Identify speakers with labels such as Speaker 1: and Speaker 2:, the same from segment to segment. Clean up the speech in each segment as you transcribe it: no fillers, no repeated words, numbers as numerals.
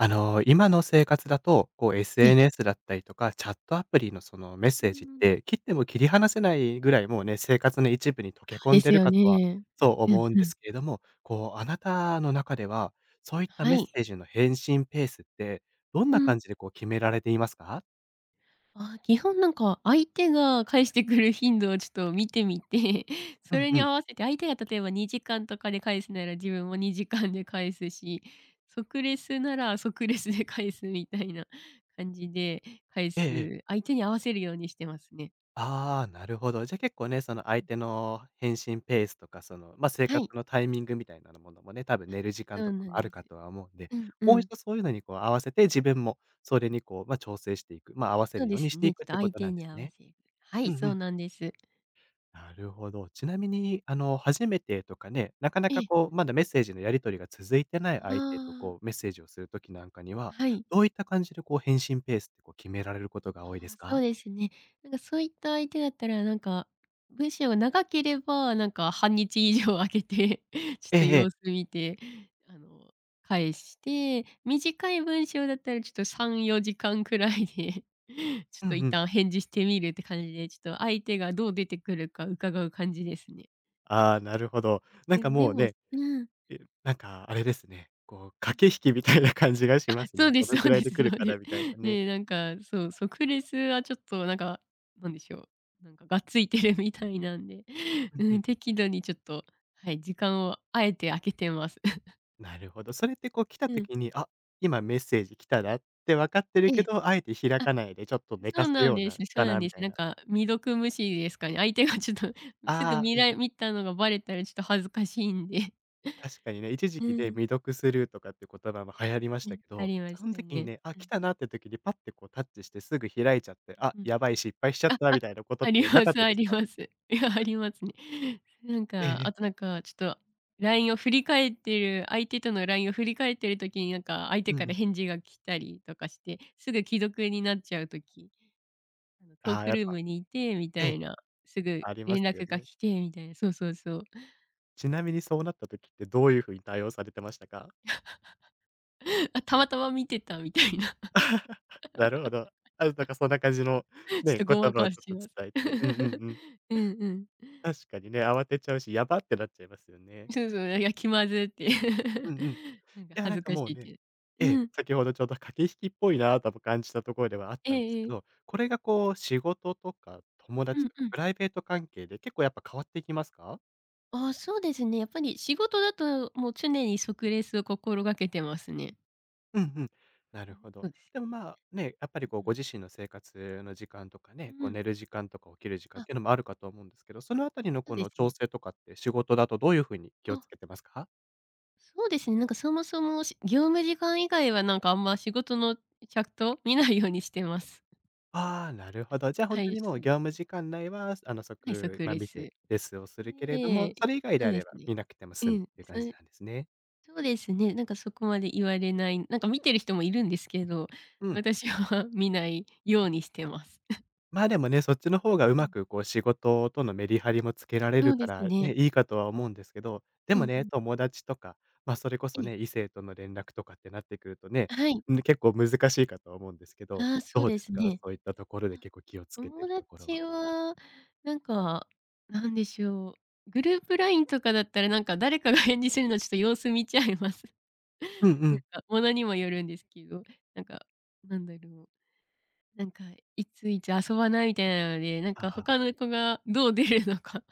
Speaker 1: 今の生活だと、こう
Speaker 2: ええ。
Speaker 1: SNS だったりとか、チャットアプリのそのメッ
Speaker 2: うー
Speaker 1: セージっ
Speaker 2: ん。
Speaker 1: て、切っても切り離せないぐらい、もうね、生活の一部に溶け
Speaker 2: あ
Speaker 1: 込
Speaker 2: で
Speaker 1: んで
Speaker 2: す
Speaker 1: る
Speaker 2: よ
Speaker 1: かとは、
Speaker 2: ね。
Speaker 1: そう
Speaker 2: うん
Speaker 1: 思うん
Speaker 2: う
Speaker 1: で
Speaker 2: ん。
Speaker 1: すけれども、こう、あなたの中では、そういった
Speaker 2: は
Speaker 1: メッセ
Speaker 2: い。
Speaker 1: ージの返信ペースって、どん
Speaker 2: う
Speaker 1: な
Speaker 2: ん。
Speaker 1: 感じでこう決められていますか？
Speaker 2: あ、基本相手が返してくる頻度をちょっと見てみて、そ
Speaker 1: うん
Speaker 2: れ
Speaker 1: う
Speaker 2: に合
Speaker 1: ん。
Speaker 2: わせて相手が例えば2時間とかで返すなら自分も2時間で返すし、即レスなら即レスで返すみたいな感じで返
Speaker 1: えええ、
Speaker 2: す、相手に合わせるようにしてますね。
Speaker 1: ああ、なるほど。じゃ、結構ね、その相手の返信ペースとか、まあ、生
Speaker 2: は
Speaker 1: 活
Speaker 2: い、
Speaker 1: のタイミングみたいなものもね、多分寝る時間
Speaker 2: そ
Speaker 1: と
Speaker 2: う
Speaker 1: か
Speaker 2: な
Speaker 1: も
Speaker 2: ん
Speaker 1: あ
Speaker 2: で
Speaker 1: る
Speaker 2: す。
Speaker 1: かとは思うんで、
Speaker 2: うんう
Speaker 1: もう
Speaker 2: ん。
Speaker 1: 一度そういうのにこう合わせて、自分もそれにこう、まあ、調整していく、まあ、合わせ
Speaker 2: そう
Speaker 1: る
Speaker 2: で
Speaker 1: ように
Speaker 2: す
Speaker 1: してい
Speaker 2: ね、ちょっ
Speaker 1: くっ
Speaker 2: と
Speaker 1: てこ
Speaker 2: 相
Speaker 1: とな
Speaker 2: 手
Speaker 1: んで
Speaker 2: に
Speaker 1: す
Speaker 2: 合わ
Speaker 1: ね。
Speaker 2: せる。は
Speaker 1: う
Speaker 2: い、
Speaker 1: んう
Speaker 2: そう
Speaker 1: ん。
Speaker 2: なんです。
Speaker 1: なるほど。ちなみに、初めてとかね、なかな
Speaker 2: え
Speaker 1: か
Speaker 2: え。
Speaker 1: こう、まだメッセージのやり取りが続いてない
Speaker 2: あ
Speaker 1: 相手と
Speaker 2: あ、
Speaker 1: こう、メッセージをするときなんかには、
Speaker 2: はい。
Speaker 1: どういった感じでこう返信ペースってこう決められること
Speaker 2: あ
Speaker 1: が多いで
Speaker 2: あ、
Speaker 1: す
Speaker 2: そう
Speaker 1: か？
Speaker 2: ですね。そういった相手だったら、文章が長ければ、半日以上空けて ちょっ
Speaker 1: え
Speaker 2: と
Speaker 1: ええ
Speaker 2: 様
Speaker 1: え。
Speaker 2: 子見て、あの、返して、短い文章だったらちょっと3、4時間くらいで ちょっ
Speaker 1: うん
Speaker 2: と一
Speaker 1: うん。
Speaker 2: 旦返事してみるって感じで、ちょっと相手がどう出てくるか伺う感じですね。
Speaker 1: ああ、なるほど。な
Speaker 2: う
Speaker 1: んか
Speaker 2: ん、で
Speaker 1: もう
Speaker 2: も
Speaker 1: ね、なんかあれですね、こう、
Speaker 2: うん。
Speaker 1: 駆け引きみたいな感じがします
Speaker 2: そ
Speaker 1: ね。
Speaker 2: うで
Speaker 1: ど
Speaker 2: す
Speaker 1: のく
Speaker 2: そう
Speaker 1: ら
Speaker 2: で
Speaker 1: いで
Speaker 2: す
Speaker 1: 来
Speaker 2: そ
Speaker 1: る
Speaker 2: う
Speaker 1: か
Speaker 2: で
Speaker 1: な
Speaker 2: す。
Speaker 1: みたいな ね。
Speaker 2: で、そう、即レスはちょっとなんか、なんでしょう、なんかがっついてる みたいなんで、
Speaker 1: うんう
Speaker 2: うん、
Speaker 1: ん。
Speaker 2: 適度にちょっと、はい、時間をあえて空けてます。
Speaker 1: なるほど。それってこう来た
Speaker 2: うん、
Speaker 1: 時に、あ、今メッセージ来たなって分かってる
Speaker 2: え
Speaker 1: け
Speaker 2: え。
Speaker 1: ど、あえて開
Speaker 2: あ、
Speaker 1: かないでちょっと寝
Speaker 2: そ
Speaker 1: か
Speaker 2: う
Speaker 1: す
Speaker 2: なん
Speaker 1: よう
Speaker 2: で
Speaker 1: な
Speaker 2: すそ
Speaker 1: か
Speaker 2: うなん
Speaker 1: な
Speaker 2: で
Speaker 1: み
Speaker 2: す。
Speaker 1: たい
Speaker 2: なん
Speaker 1: な。
Speaker 2: か未読無視ですかね。相手がちょっと すぐ
Speaker 1: ああ、
Speaker 2: 見
Speaker 1: うんう
Speaker 2: ら
Speaker 1: ん。
Speaker 2: 見たのがバレたらちょっと恥ずかしいんで。
Speaker 1: 確かにね、一時
Speaker 2: う
Speaker 1: 期で
Speaker 2: ん、
Speaker 1: 未読スルーとかって言葉も流行りまし
Speaker 2: う
Speaker 1: た
Speaker 2: ん、
Speaker 1: け
Speaker 2: あ
Speaker 1: ど、
Speaker 2: りまし
Speaker 1: その
Speaker 2: た
Speaker 1: 時に
Speaker 2: ね。
Speaker 1: ね、あ、
Speaker 2: うん、
Speaker 1: 来たなって時にパッてこうタッチしてすぐ開いちゃって、あ、
Speaker 2: うん。
Speaker 1: やばい失敗しちゃったみたいなことっ
Speaker 2: あり
Speaker 1: てな
Speaker 2: ま
Speaker 1: かっ
Speaker 2: す
Speaker 1: た
Speaker 2: あ
Speaker 1: です
Speaker 2: り
Speaker 1: か？
Speaker 2: ます。いや、ありますね。なん
Speaker 1: えええ
Speaker 2: か、あ
Speaker 1: え。
Speaker 2: となんか、ちょっと LINE を振り返ってる相手との LINE を振り返ってる時に、相
Speaker 1: う
Speaker 2: 手か
Speaker 1: んう
Speaker 2: ら
Speaker 1: ん。
Speaker 2: 返事が来たりとかして、すぐ既読になっちゃう時、あの、トー
Speaker 1: ああ、
Speaker 2: ク
Speaker 1: やっ
Speaker 2: ルー
Speaker 1: ぱ
Speaker 2: ムにいてみ
Speaker 1: え
Speaker 2: たい
Speaker 1: え、
Speaker 2: な、すぐ
Speaker 1: ありま
Speaker 2: 連
Speaker 1: すよ
Speaker 2: 絡が
Speaker 1: ね。
Speaker 2: 来てみたいな、そうそうそう。
Speaker 1: ちなみにそうなった時ってどういう風に対応されてましたか？
Speaker 2: あ、たまたま見てたみたいな、
Speaker 1: なるほど。あ、なんかそんな感じの
Speaker 2: ちょっ
Speaker 1: ね、
Speaker 2: とごま
Speaker 1: 言葉を
Speaker 2: か
Speaker 1: ちょ
Speaker 2: し
Speaker 1: っと
Speaker 2: ます。
Speaker 1: 伝えてうんうん うん。
Speaker 2: うんうん。
Speaker 1: 確かにね、慌てちゃうし、やばってなっちゃいますよね。
Speaker 2: そうそう、いや、気まずって。
Speaker 1: うんうん。い
Speaker 2: なんか
Speaker 1: や
Speaker 2: 恥
Speaker 1: なん
Speaker 2: ず
Speaker 1: か
Speaker 2: かし
Speaker 1: もう
Speaker 2: いっ
Speaker 1: ね
Speaker 2: て。
Speaker 1: ええ、
Speaker 2: うん、
Speaker 1: 先ほどちょうど駆け引きっぽいなとも感じたところではあっ
Speaker 2: え
Speaker 1: たんです
Speaker 2: ええ
Speaker 1: けど、
Speaker 2: え。
Speaker 1: これがこう仕事とか友
Speaker 2: う
Speaker 1: 達
Speaker 2: ん
Speaker 1: とか
Speaker 2: うん。
Speaker 1: プライベート関係で結構やっぱ変わっていきますか？
Speaker 2: ああ、そうですね。やっぱり仕事だと、もう常に即レスを心がけてますね。
Speaker 1: うんうん。な
Speaker 2: う
Speaker 1: る
Speaker 2: ん、
Speaker 1: ほ
Speaker 2: そ
Speaker 1: ど。
Speaker 2: うです
Speaker 1: でも、
Speaker 2: ね。
Speaker 1: まあ、ね、やっぱ
Speaker 2: う
Speaker 1: り
Speaker 2: ん
Speaker 1: こう
Speaker 2: う
Speaker 1: ご
Speaker 2: ん。
Speaker 1: 自身の生活の時間とかね、
Speaker 2: う
Speaker 1: こう
Speaker 2: ん。
Speaker 1: 寝る時間とか起きる時間っ
Speaker 2: あ、
Speaker 1: ていうのもあるかと思うんですけど、そのあたりの
Speaker 2: そう
Speaker 1: こ
Speaker 2: です
Speaker 1: の調
Speaker 2: ね。
Speaker 1: 整とかって仕事だとどういう風に気を
Speaker 2: あ、
Speaker 1: つけてますか？
Speaker 2: そうですね。そもそも、業務時間以外はなんかあんま仕事のチャット見ないようにしてます。
Speaker 1: ああ、なるほど。じゃあ、
Speaker 2: は
Speaker 1: 本当
Speaker 2: い、
Speaker 1: にも
Speaker 2: そ
Speaker 1: う
Speaker 2: うで
Speaker 1: 業
Speaker 2: す
Speaker 1: 務
Speaker 2: ね。
Speaker 1: 時間内は、
Speaker 2: はい、
Speaker 1: 即、
Speaker 2: 即
Speaker 1: ま、
Speaker 2: レ
Speaker 1: 見
Speaker 2: ス。
Speaker 1: て
Speaker 2: で、
Speaker 1: レスをするけれども、それ以外で
Speaker 2: そう
Speaker 1: あ
Speaker 2: で
Speaker 1: れ
Speaker 2: す
Speaker 1: ば
Speaker 2: ね。
Speaker 1: 見なくても
Speaker 2: う
Speaker 1: 済むっ
Speaker 2: ん、
Speaker 1: ていう
Speaker 2: そ
Speaker 1: 感じ
Speaker 2: れ
Speaker 1: なんですね。
Speaker 2: そうですね、なんかそこまで言われない、なんか見てる人もいるんですけど、
Speaker 1: うん。
Speaker 2: 私は 見ないようにしてます。
Speaker 1: まあ、でもね、そっちの方がう
Speaker 2: う
Speaker 1: ま
Speaker 2: ん、
Speaker 1: くこう仕事とのメリハリもつけられ
Speaker 2: そ
Speaker 1: る
Speaker 2: う
Speaker 1: か
Speaker 2: です
Speaker 1: ら、
Speaker 2: ね。
Speaker 1: ね、いいかとは思うんですけど、で
Speaker 2: うん
Speaker 1: も
Speaker 2: う
Speaker 1: ね、
Speaker 2: ん。
Speaker 1: 友達とか、ま、それこそね、異性との連絡とかってなってくるとね、
Speaker 2: はい。
Speaker 1: ん、結構難しいかとは思うんですけど、
Speaker 2: ああ、そう
Speaker 1: どう
Speaker 2: で
Speaker 1: です
Speaker 2: す
Speaker 1: か？
Speaker 2: ね。
Speaker 1: そういったところで
Speaker 2: あ、
Speaker 1: 結構気をつけて
Speaker 2: 友
Speaker 1: るところは。
Speaker 2: 達は、なんか、なんでしょう、グループ LINE とかだったら、誰かが返事するのちょっと様子見ちゃいます。
Speaker 1: うん う
Speaker 2: なん
Speaker 1: ん。
Speaker 2: か、ものにもよるんですけど、なんか、なんだろう、なんか、いついつ遊ばないみたいなので、なん
Speaker 1: あ
Speaker 2: か、
Speaker 1: あ、
Speaker 2: 他の子がどう出るのか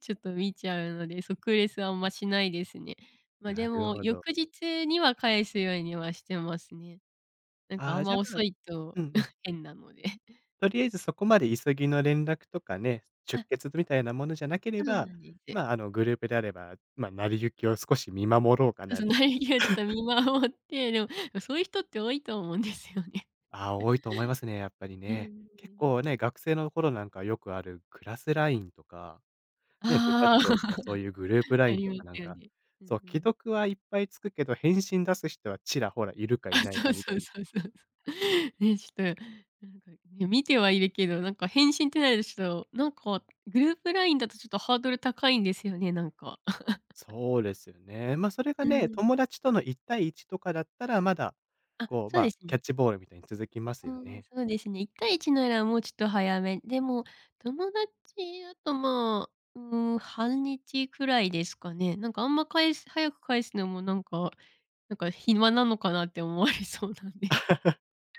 Speaker 2: ちょっと見ちゃうので、即レスはあんましないですね。ま、で
Speaker 1: なる
Speaker 2: も、
Speaker 1: ほど。
Speaker 2: 翌日には返すようにはしてますね。なんか
Speaker 1: あ
Speaker 2: あん
Speaker 1: あ、じ
Speaker 2: ま
Speaker 1: ゃ、あまあ
Speaker 2: 遅いと
Speaker 1: うんうん。
Speaker 2: 変なので。
Speaker 1: とりあえずそこまで急ぎの連絡とかね、出
Speaker 2: あ、
Speaker 1: 血みたいなものじゃなけれ
Speaker 2: そう
Speaker 1: ば、
Speaker 2: なんです。
Speaker 1: まあ、グループであれば、まあ、成り行きを少し見守ろうか
Speaker 2: そう
Speaker 1: な
Speaker 2: そう、
Speaker 1: み、
Speaker 2: 成り行きをちょっと見守って、でも、そういう人って多いと思うんですよね。
Speaker 1: ああ、多いと思いますね、やっぱり
Speaker 2: ええ
Speaker 1: ね。結
Speaker 2: で
Speaker 1: 構ね、
Speaker 2: す。
Speaker 1: 学生の頃なんかよくあるクラスラインとか、ね、部
Speaker 2: あ
Speaker 1: 活動と
Speaker 2: あ、
Speaker 1: か そういうグループラ
Speaker 2: あ
Speaker 1: イン
Speaker 2: り
Speaker 1: と
Speaker 2: ま
Speaker 1: かな
Speaker 2: す
Speaker 1: ん
Speaker 2: よ
Speaker 1: か、
Speaker 2: ね。うんう
Speaker 1: そう、既
Speaker 2: ん。
Speaker 1: 読はいっぱいつくけど、返信出す人はちらほらいる かい
Speaker 2: あ、
Speaker 1: ない
Speaker 2: そう
Speaker 1: かみ
Speaker 2: そ
Speaker 1: た
Speaker 2: う
Speaker 1: いな。
Speaker 2: そうそうそう。ね、ちょっと、なんかね、見てはいるけど、なんか返信ってなるとちょっと、なんかグループラインだとちょっとハードル高いんですよね、なんか。
Speaker 1: そうですよね。まあ、それが
Speaker 2: うん。
Speaker 1: ね、
Speaker 2: うん。
Speaker 1: 友達との一対一とかだったら、まだ、
Speaker 2: あ、
Speaker 1: こう、
Speaker 2: そう
Speaker 1: ま
Speaker 2: で
Speaker 1: あ、
Speaker 2: す
Speaker 1: キ
Speaker 2: ね。
Speaker 1: ャッチボールみたいに続きます
Speaker 2: う
Speaker 1: よ
Speaker 2: ん、
Speaker 1: ね。
Speaker 2: そうですね。1対1ならもうちょっと早め。でも、友達だとまあ、うん、半日くらいですかね。なんかあんま早く返すのもなんか暇なのかなって思われそうなんで。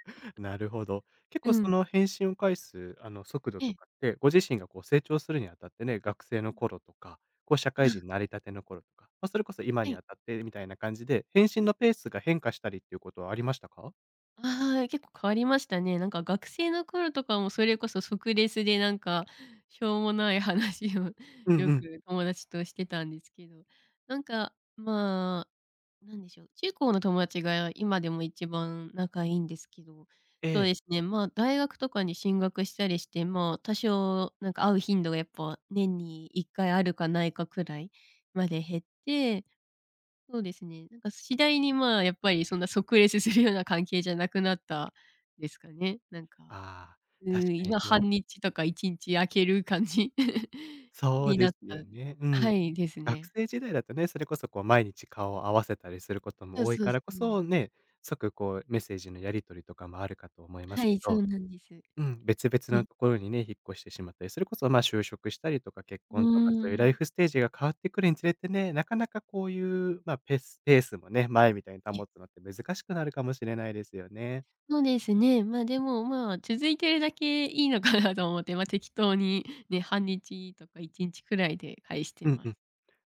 Speaker 1: なるほど。結
Speaker 2: う
Speaker 1: 構そ
Speaker 2: ん。
Speaker 1: の返信を返す、速 度
Speaker 2: え
Speaker 1: と
Speaker 2: え。
Speaker 1: かって、ご自身がこう成長するにあたってね、学生の頃とか、こう社会人
Speaker 2: あ、
Speaker 1: になりたての頃とか、まあ、それこそ今
Speaker 2: は
Speaker 1: に
Speaker 2: い。
Speaker 1: あたってみたいな感じで、返信のペースが変化したりっていうことはありましたか？
Speaker 2: ああ、結構変わりましたね。なんか学生の頃とかもそれこそ即レスでなんか、しょうもない話を
Speaker 1: う ん
Speaker 2: よ
Speaker 1: うん。
Speaker 2: く友達としてたんですけど、なんか、まあなんでしょう、中高の友達が今でも一番仲いいんですけど、
Speaker 1: え
Speaker 2: そうで
Speaker 1: え。
Speaker 2: すね、まあ、大学とかに進学したりして、まあ、多少なんか会う頻度がやっぱ年に1回あるかないかくらいまで減って、そうですね、なんか次第にまあ、やっぱりそんな即レスするような関係じゃなくなったですかね。なんか、
Speaker 1: ああ、
Speaker 2: う
Speaker 1: 確
Speaker 2: ん、
Speaker 1: かに
Speaker 2: 今半
Speaker 1: こう
Speaker 2: 日とか1日空ける感じ
Speaker 1: そう
Speaker 2: に
Speaker 1: で
Speaker 2: なっ
Speaker 1: す
Speaker 2: た
Speaker 1: よね。う
Speaker 2: は
Speaker 1: ん。
Speaker 2: い、です
Speaker 1: 学
Speaker 2: ね。
Speaker 1: 生時代だとね、それこそこう毎日顔を合わせたりすること
Speaker 2: そ
Speaker 1: も
Speaker 2: う
Speaker 1: 多い
Speaker 2: そう
Speaker 1: か
Speaker 2: そ
Speaker 1: らこ
Speaker 2: う。
Speaker 1: そね、即こうメッセージのやり取りとかもあるかと思いま
Speaker 2: は
Speaker 1: すけ
Speaker 2: い、そ
Speaker 1: ど
Speaker 2: うなんです。
Speaker 1: うん、別々のところにね、引っ越してしまったり、それこそ、ま、あ就職したりとか結
Speaker 2: う
Speaker 1: 婚とか、
Speaker 2: ー
Speaker 1: そういうライ
Speaker 2: ん。
Speaker 1: フステージが変わってくるにつれてね、なかなかこういう、まあ、ペースもね、前みたいに
Speaker 2: え、
Speaker 1: 保つのって難しくなるかもしれないですよね。
Speaker 2: そうですね。まあ、でも、まあ、続いてるだけいいのかなと思って、まあ、適当にね、半日とか1日くらいで返して
Speaker 1: うん
Speaker 2: ま
Speaker 1: う
Speaker 2: す。
Speaker 1: ん。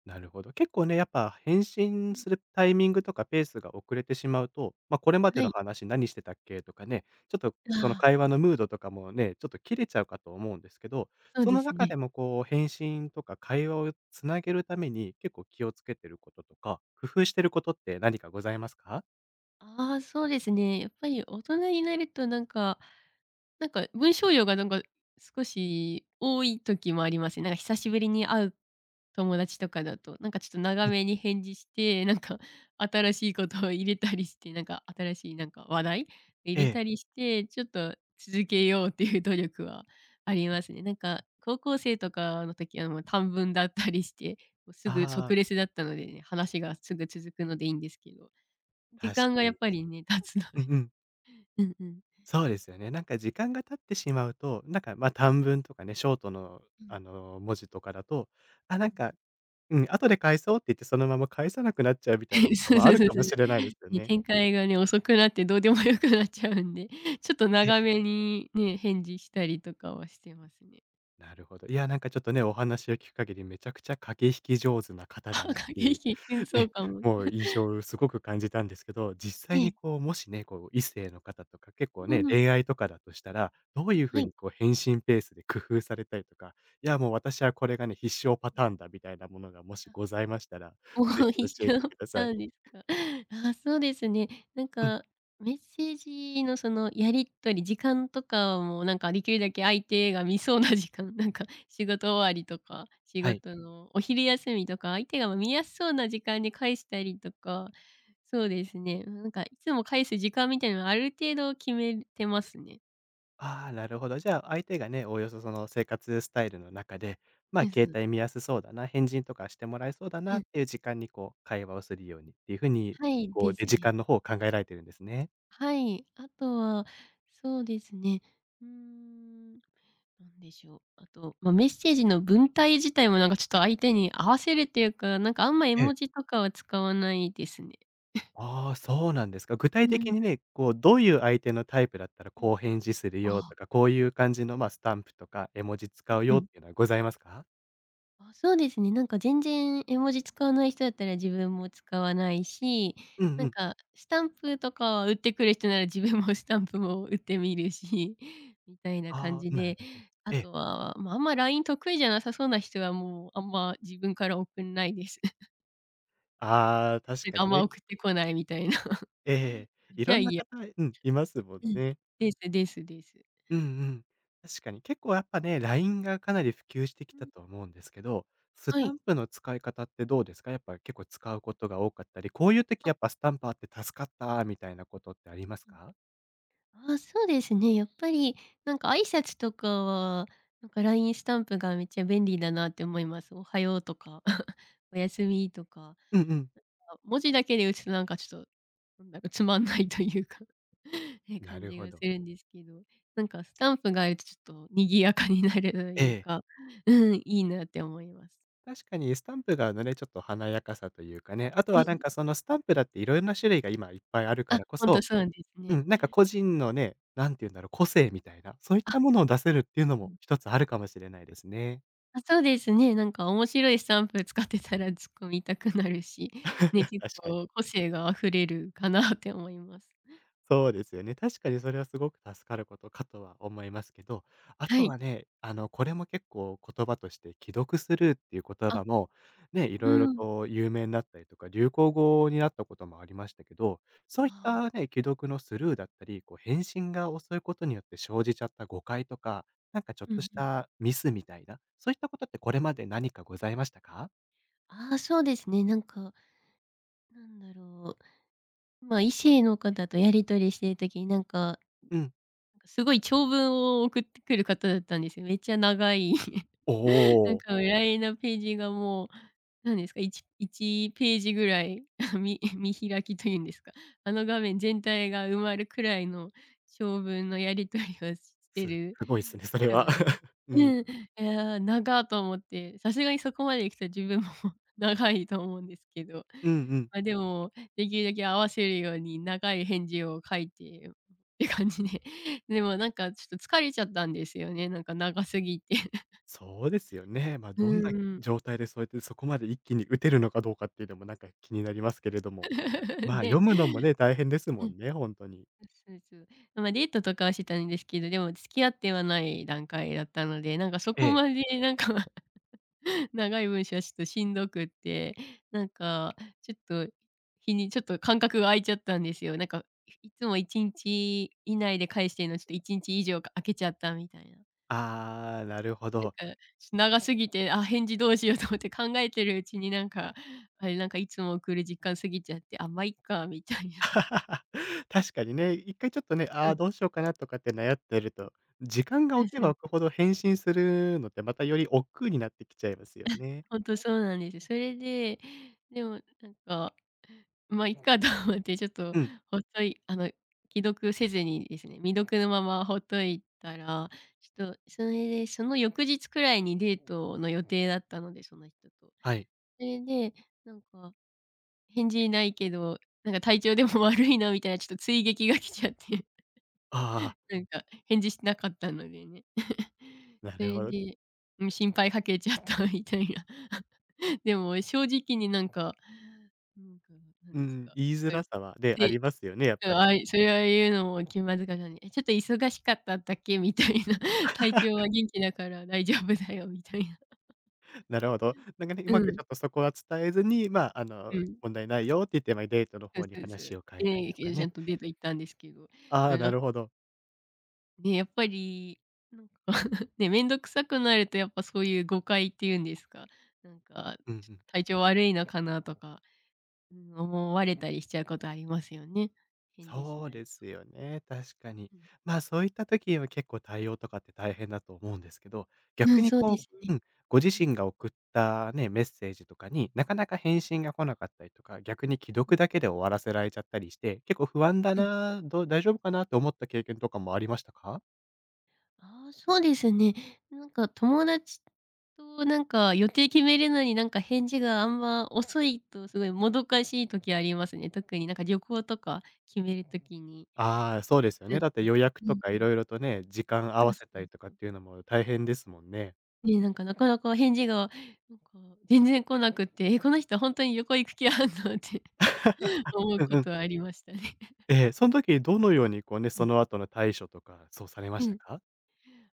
Speaker 1: なるほど。結構ね、やっぱ返信するタイミングとかペースが遅れてしまうと、まあ、これまで
Speaker 2: は
Speaker 1: の
Speaker 2: い。
Speaker 1: 話何してたっけとかね、ちょっと
Speaker 2: あ
Speaker 1: その
Speaker 2: あ、
Speaker 1: 会話のムードとかもね、ちょっと切れちゃうかと思うんですけど、
Speaker 2: そう
Speaker 1: そ
Speaker 2: で
Speaker 1: の
Speaker 2: す
Speaker 1: 中
Speaker 2: ね。
Speaker 1: でもこう返信とか会話をつなげるために結構気をつけてることとか、工夫してることって何かございますか？
Speaker 2: ああ、そうですね。やっぱり大人になるとなんか文章量がなんか少し多い時もありますね。なんか久しぶりに会う友達とかだと、なんかちょっと長
Speaker 1: うん、
Speaker 2: めに返事して、なんか 新しいことを入れたりして、なんか新しいなんか話題入
Speaker 1: え
Speaker 2: れ
Speaker 1: え。
Speaker 2: たりして、ちょっと続けようっていう努力はありますね。なんか高校生とかの時はもう短文だったりして、もうすぐ
Speaker 1: あ
Speaker 2: 即
Speaker 1: あ、
Speaker 2: レスだったのでね、話がすぐ続くのでいいんですけど、時
Speaker 1: 確
Speaker 2: 間
Speaker 1: か
Speaker 2: がやっ
Speaker 1: に。
Speaker 2: ぱりね、経つの
Speaker 1: うん
Speaker 2: で。
Speaker 1: うん。
Speaker 2: うんうん。
Speaker 1: そうですよね。なんか時間が経ってしまうと、なんか、ま、
Speaker 2: うん
Speaker 1: 短文とかね、ショートの
Speaker 2: うん。
Speaker 1: 文字とかだと、あ、
Speaker 2: う
Speaker 1: なん
Speaker 2: ん。
Speaker 1: かうん、後で返そうって言ってそのまま返さなくなっちゃうみたいな こと
Speaker 2: そう
Speaker 1: もあ
Speaker 2: そう
Speaker 1: る
Speaker 2: そう
Speaker 1: か
Speaker 2: そ
Speaker 1: も
Speaker 2: う。
Speaker 1: しれないですよ
Speaker 2: ね、
Speaker 1: ね。
Speaker 2: 展開がね、遅くなってどうでも良くなっちゃうんで、ちょっと長
Speaker 1: ええ、
Speaker 2: めにね、返事したりとかはしてますね。
Speaker 1: なるほど。いや、なんかちょっとね、お話を聞く限りめちゃくちゃ駆け引き上手な方
Speaker 2: あ、
Speaker 1: だなっ
Speaker 2: 駆
Speaker 1: て
Speaker 2: け
Speaker 1: いう、
Speaker 2: 引き、うん、そう
Speaker 1: ね、
Speaker 2: かも。
Speaker 1: もう印象をすごく感じたんですけど、実
Speaker 2: え
Speaker 1: 際
Speaker 2: え。
Speaker 1: にこう、もしね、こう異性の方とか、結構
Speaker 2: う
Speaker 1: ね、
Speaker 2: ん、
Speaker 1: 恋愛とかだとしたら、どういう
Speaker 2: は
Speaker 1: 風
Speaker 2: い。
Speaker 1: にこう返信ペースで工夫されたりとか、いやもう私はこれがね、必勝パターンだみたいなものがもしございましたら、
Speaker 2: も
Speaker 1: ぜひ
Speaker 2: う一
Speaker 1: 教えて
Speaker 2: 緒
Speaker 1: くださ
Speaker 2: た
Speaker 1: い。
Speaker 2: んですか。あ、そうですね。なん
Speaker 1: うん、
Speaker 2: か、メッセージのそのやり取り、時間とかもなんかできるだけ相手が見そうな時間、なんか仕事終わりとか、仕
Speaker 1: はい。
Speaker 2: 事のお昼休みとか、相手が見やすそうな時間に返したりとか、そうですね。なんかいつも返す時間みたいなのはある程度決めてますね。
Speaker 1: ああ、なるほど。じゃあ、相手がね、おおよそその生活スタイルの中で、ま
Speaker 2: う
Speaker 1: あ、
Speaker 2: ん、そ
Speaker 1: 携
Speaker 2: う。
Speaker 1: 帯見やすそうだな、返信とかしてもらえそうだ
Speaker 2: う
Speaker 1: な
Speaker 2: ん、
Speaker 1: っていう時間にこう、会話をするようにっていう風に、
Speaker 2: はい
Speaker 1: こ
Speaker 2: で
Speaker 1: う、で、
Speaker 2: す
Speaker 1: 時
Speaker 2: ね。
Speaker 1: 間の方を考えられてるんですね。
Speaker 2: はい、あとは、そうですね。うーん。なんでしょう。あと、まあ、メッセージの文体自体もなんかちょっと相手に合わせるっていうか、なんかあんま絵
Speaker 1: え
Speaker 2: 文
Speaker 1: え。
Speaker 2: 字とかは使わないですね。
Speaker 1: ああ、そうなんですか。具体
Speaker 2: う
Speaker 1: 的
Speaker 2: ん。
Speaker 1: にね、こう、どういう相手のタイプだったら
Speaker 2: うん。
Speaker 1: こう返事するよ
Speaker 2: あ
Speaker 1: とか、こういう感じの、まあ、スタンプとか絵文字使う
Speaker 2: う
Speaker 1: よっ
Speaker 2: ん。
Speaker 1: ていうのはございますか？
Speaker 2: あ、そうですね。なんか全然絵文字使わない人だったら自分も使わないし、
Speaker 1: うん
Speaker 2: な
Speaker 1: う
Speaker 2: ん
Speaker 1: ん。
Speaker 2: かスタンプとかは打ってくる人なら自分も スタンプも打ってみるし、みたいな感
Speaker 1: ああ、
Speaker 2: じ
Speaker 1: なる
Speaker 2: で、
Speaker 1: ほど
Speaker 2: あ
Speaker 1: ええ。
Speaker 2: とは、まあ、あんま LINE 得意じゃなさそうな人はもうあんま自分から送んないです。
Speaker 1: ああ、
Speaker 2: な
Speaker 1: 確
Speaker 2: ん
Speaker 1: か
Speaker 2: かあん
Speaker 1: に
Speaker 2: ま
Speaker 1: ね。
Speaker 2: 送ってこないみたいな。
Speaker 1: え え。い
Speaker 2: じゃあ
Speaker 1: ろん
Speaker 2: い
Speaker 1: な
Speaker 2: いや。
Speaker 1: 方、うん、いますもん
Speaker 2: うん。
Speaker 1: ね。
Speaker 2: ですですです。
Speaker 1: うんうん。確かに結構やっぱね、LINE がかなり普及してき
Speaker 2: う
Speaker 1: た
Speaker 2: ん。
Speaker 1: と思うんですけど、ス
Speaker 2: は
Speaker 1: タ
Speaker 2: い。
Speaker 1: ンプの使い方ってどうですか？やっぱ結構使う
Speaker 2: う
Speaker 1: こ
Speaker 2: ん。
Speaker 1: とが多かったり、こういう時
Speaker 2: あ、
Speaker 1: やっぱスタンプあって助かったみたいなことってありますか？
Speaker 2: うん。あそうですね。やっぱりなんか挨拶とかは、なんか LINE スタンプがめっちゃ便利だなって思います。おはようとか、おやすみとか。
Speaker 1: うんうん。
Speaker 2: あ、文字だけで打つとなんかちょっと、なんだかつまんないというか ね、
Speaker 1: な
Speaker 2: 感
Speaker 1: る
Speaker 2: じ
Speaker 1: ほ
Speaker 2: がす
Speaker 1: ど。
Speaker 2: るんですけど、なんかスタンプがあるとちょっと賑やかになると
Speaker 1: え
Speaker 2: いう
Speaker 1: え。
Speaker 2: か、うん、いいなって思います。
Speaker 1: 確かにスタンプがちょっと華やかさというかね、あとはそのスタンプだっていいんな種類が今いっぱいあるか
Speaker 2: あ、
Speaker 1: らこ
Speaker 2: ほんと
Speaker 1: そ、
Speaker 2: そうです
Speaker 1: う
Speaker 2: ね。
Speaker 1: ん、なんか個人のね、何て言うんだろう、個性みたいな、そういっ
Speaker 2: あ、
Speaker 1: たものを出せるっていうの
Speaker 2: う
Speaker 1: も
Speaker 2: ん。
Speaker 1: 一つあるかもしれないですね。
Speaker 2: あ、そうですね。なんか面白いスタンプ使ってたら突っ込みたくなるし、ね、結
Speaker 1: 確かに。
Speaker 2: 構個性が溢れるかなって思います。
Speaker 1: そうですよね。確かにそれはすごく助かることかとは思いますけど、あ
Speaker 2: は
Speaker 1: と
Speaker 2: い。
Speaker 1: はね、これも結構言葉として既読スルーっていう言
Speaker 2: あ、
Speaker 1: 葉も、ね、い
Speaker 2: う
Speaker 1: ろいろ
Speaker 2: ん。
Speaker 1: と有名になったりとか、流行語になったこともありましたけど、そう
Speaker 2: あ
Speaker 1: いっ
Speaker 2: あ、
Speaker 1: たね、既読のスルーだったり、こう返信が遅いことによって生じちゃった誤解とか、なんかちょっ
Speaker 2: う
Speaker 1: と
Speaker 2: ん
Speaker 1: し
Speaker 2: うん。
Speaker 1: たミスみたいな、そういったことって
Speaker 2: え、
Speaker 1: これまで何かございましたか？
Speaker 2: ああ、そうですね。なんか、なんだろう、ま、異性の方とやり取りしてる時になんか
Speaker 1: うん。
Speaker 2: すごい長文を送ってくる方だったんですよ。めっちゃ長い。
Speaker 1: お
Speaker 2: なん
Speaker 1: お、
Speaker 2: か偉 i なページがもう、何ですか、1ページぐらい 見開きというんですか、あの画面全体が埋まるくらいの長文のやり取りをして
Speaker 1: す
Speaker 2: る
Speaker 1: ごいですね、それ
Speaker 2: 人
Speaker 1: は。
Speaker 2: が。
Speaker 1: うん。
Speaker 2: うん。いや、長と思って、さすがにそこまで来た自分も 長いと思うんですけど、
Speaker 1: うんうん。
Speaker 2: まあ、でも、できるだけ合わせるように長い返事を書いてって感じで。でもなんかちょっと疲れちゃったんですよね、なんか長すぎて。
Speaker 1: そうですよ ね。まあ、
Speaker 2: う
Speaker 1: どんな
Speaker 2: んん。
Speaker 1: 状態でそうやってそこまで一気に打てるのかどうかっていうのもなんか気になりますけれども、まあ、
Speaker 2: ね。
Speaker 1: 読むのもね、大変です
Speaker 2: う
Speaker 1: も
Speaker 2: ん、
Speaker 1: んね、本当に。
Speaker 2: そうそう。まあ、デートとかはしてたんですけど、でも付き合ってはない段階だったので、なんかそ
Speaker 1: え
Speaker 2: こ
Speaker 1: え。
Speaker 2: までなんか 長い文章はちょっとしんどくって、なんかちょっと日にちょっと間隔が空いちゃったんですよ。なんか、いつも1日以内で返してるの、ちょっと1日以上か空けちゃったみたいな。
Speaker 1: ああ、なるほど。
Speaker 2: なんか、長すぎて、あ、返事どうしようと思って考えてるうちになんか、あれなんかいつも送る時間過ぎちゃって、あ、ま、いっかみたいな。
Speaker 1: 確かにね、一回ちょっとね、あ
Speaker 2: う
Speaker 1: あ、
Speaker 2: ん、
Speaker 1: どうしようかなとかって悩ってると、時間が
Speaker 2: そう
Speaker 1: 置
Speaker 2: そ
Speaker 1: けば
Speaker 2: う。
Speaker 1: 置くほど返信するのってまたより億劫になってきちゃいますよね。
Speaker 2: ほんとそうなんです。それで、でもなんかまあ、いっかと思って、ちょっと
Speaker 1: うん、
Speaker 2: ほっといあの、既読せずにですね、未読のままほっといたら、ちょっとそれで、その翌日くらいにデートの予定だったので、その人と。
Speaker 1: はい。
Speaker 2: それで、なんか返事ないけど、なんか体調でも 悪いなみたいなちょっと追撃が来ちゃって、
Speaker 1: あ あ、
Speaker 2: なんか返事しなかったのでね。
Speaker 1: な
Speaker 2: そ
Speaker 1: る
Speaker 2: れ
Speaker 1: ほど。
Speaker 2: で、うん、心配かけちゃった みたいな。でも正直になんか、なんか、なん
Speaker 1: う
Speaker 2: です
Speaker 1: ん、
Speaker 2: か、
Speaker 1: 言い
Speaker 2: ち
Speaker 1: づ
Speaker 2: ょっ
Speaker 1: らさはで
Speaker 2: と
Speaker 1: あ
Speaker 2: ね、
Speaker 1: りますよね、やっ
Speaker 2: うん、
Speaker 1: ぱり。
Speaker 2: あい、それは言うのも気まずかったんで、え、ちょっと忙しかったんだっけみたいな、体調は元気だから大丈夫だよみたいな。
Speaker 1: なるほど。なんかね、う
Speaker 2: う
Speaker 1: まく
Speaker 2: ん、
Speaker 1: ちょっとそこは伝えずに、まあ、
Speaker 2: うん。
Speaker 1: 問題ないよって言って、まあ、デートの
Speaker 2: そう
Speaker 1: 方に
Speaker 2: そうそう。
Speaker 1: 話を変えたり
Speaker 2: ええ、
Speaker 1: とか
Speaker 2: ちゃ
Speaker 1: ね。
Speaker 2: んとデート行ったんですけど、
Speaker 1: あ
Speaker 2: でも
Speaker 1: あ、
Speaker 2: な
Speaker 1: な
Speaker 2: ん
Speaker 1: るほど。
Speaker 2: ね、やっぱり、なんか ね、面倒くさくなるとやっぱそういう誤解っていうんですか、なんか、
Speaker 1: うんう
Speaker 2: ちょ
Speaker 1: ん。
Speaker 2: っと体調悪いのかなとか、うん、思われたりしちゃうことありますよね。返事し
Speaker 1: そう
Speaker 2: ない
Speaker 1: で
Speaker 2: と。
Speaker 1: すよね、確かに。
Speaker 2: うん。
Speaker 1: まあ、そういった時は結構対応とかって大変だと思うんですけど、
Speaker 2: う
Speaker 1: 逆
Speaker 2: ん、
Speaker 1: に
Speaker 2: そうですね。
Speaker 1: うん、ご自
Speaker 2: うん。
Speaker 1: 身が送ったね、メッセージとかに、なかなか返信が来なかったりとか、逆に既読だけで終わらせられちゃったりして、結構不安だ
Speaker 2: うん。
Speaker 1: な、どう大丈夫かなと思った経験とかもありましたか？
Speaker 2: ああ、そうですね。なんか友達となんか予定決めるのになんか返事があんま遅いとすごいもどかしい時ありますね。特になんか旅行とか決める時に、
Speaker 1: ああ、そうですよ
Speaker 2: な
Speaker 1: ね。
Speaker 2: ん
Speaker 1: だって
Speaker 2: か
Speaker 1: 予約
Speaker 2: う
Speaker 1: と
Speaker 2: ん
Speaker 1: か
Speaker 2: う
Speaker 1: い
Speaker 2: ん、
Speaker 1: ろいろとね、時間合
Speaker 2: そう
Speaker 1: わ
Speaker 2: そ
Speaker 1: せた
Speaker 2: う
Speaker 1: りとか
Speaker 2: そ
Speaker 1: っ
Speaker 2: う。
Speaker 1: ていうのも大変ですもんね。
Speaker 2: ね、なんかなかなか返事がなんか全然来なくて、え、この人本当に旅行行く気あんのって 思う
Speaker 1: うん
Speaker 2: こ
Speaker 1: うん。
Speaker 2: とはありましたね。
Speaker 1: ええ、その時どのようにこうね、
Speaker 2: う
Speaker 1: そ
Speaker 2: ん。
Speaker 1: の後の対処とか、そうされま
Speaker 2: う
Speaker 1: した
Speaker 2: ん。
Speaker 1: か？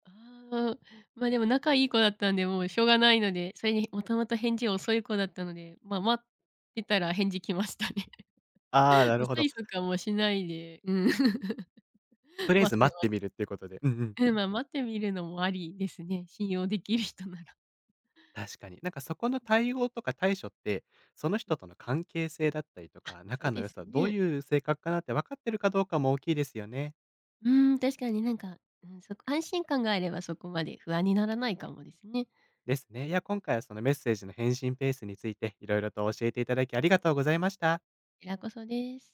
Speaker 2: ああ、まあ、でも仲いい子だったんで、もうしょうがないので、それにもともと返事遅い子だったので、まあ、待ってたら返事来ましたね。
Speaker 1: ああ、なるほど。
Speaker 2: 催促はもうしないで、うん、
Speaker 1: とりあえ
Speaker 2: 待っ
Speaker 1: ず
Speaker 2: て
Speaker 1: 待っ
Speaker 2: ま
Speaker 1: てみ
Speaker 2: す。
Speaker 1: るっていうことで。うんうん。
Speaker 2: うん、まあ、待ってみるのもありですね、信用できる人なら。
Speaker 1: 確かに。なんかそこの対応とか対処って、その
Speaker 2: うん、
Speaker 1: 人との関係性だったりとか、
Speaker 2: そう
Speaker 1: 仲の
Speaker 2: で
Speaker 1: 良
Speaker 2: す
Speaker 1: さ、どう
Speaker 2: ね。
Speaker 1: いう性格かなって分かってるかどうかも大きいですよね。
Speaker 2: うん、確かになんか、うん、そこ安心感があればそこまで不安にならないかもですね。こ
Speaker 1: ですね。いや、今回はそのメッセージの返信ペースについて、いろいろと教えていただきありがとうございました。
Speaker 2: ちらこそです。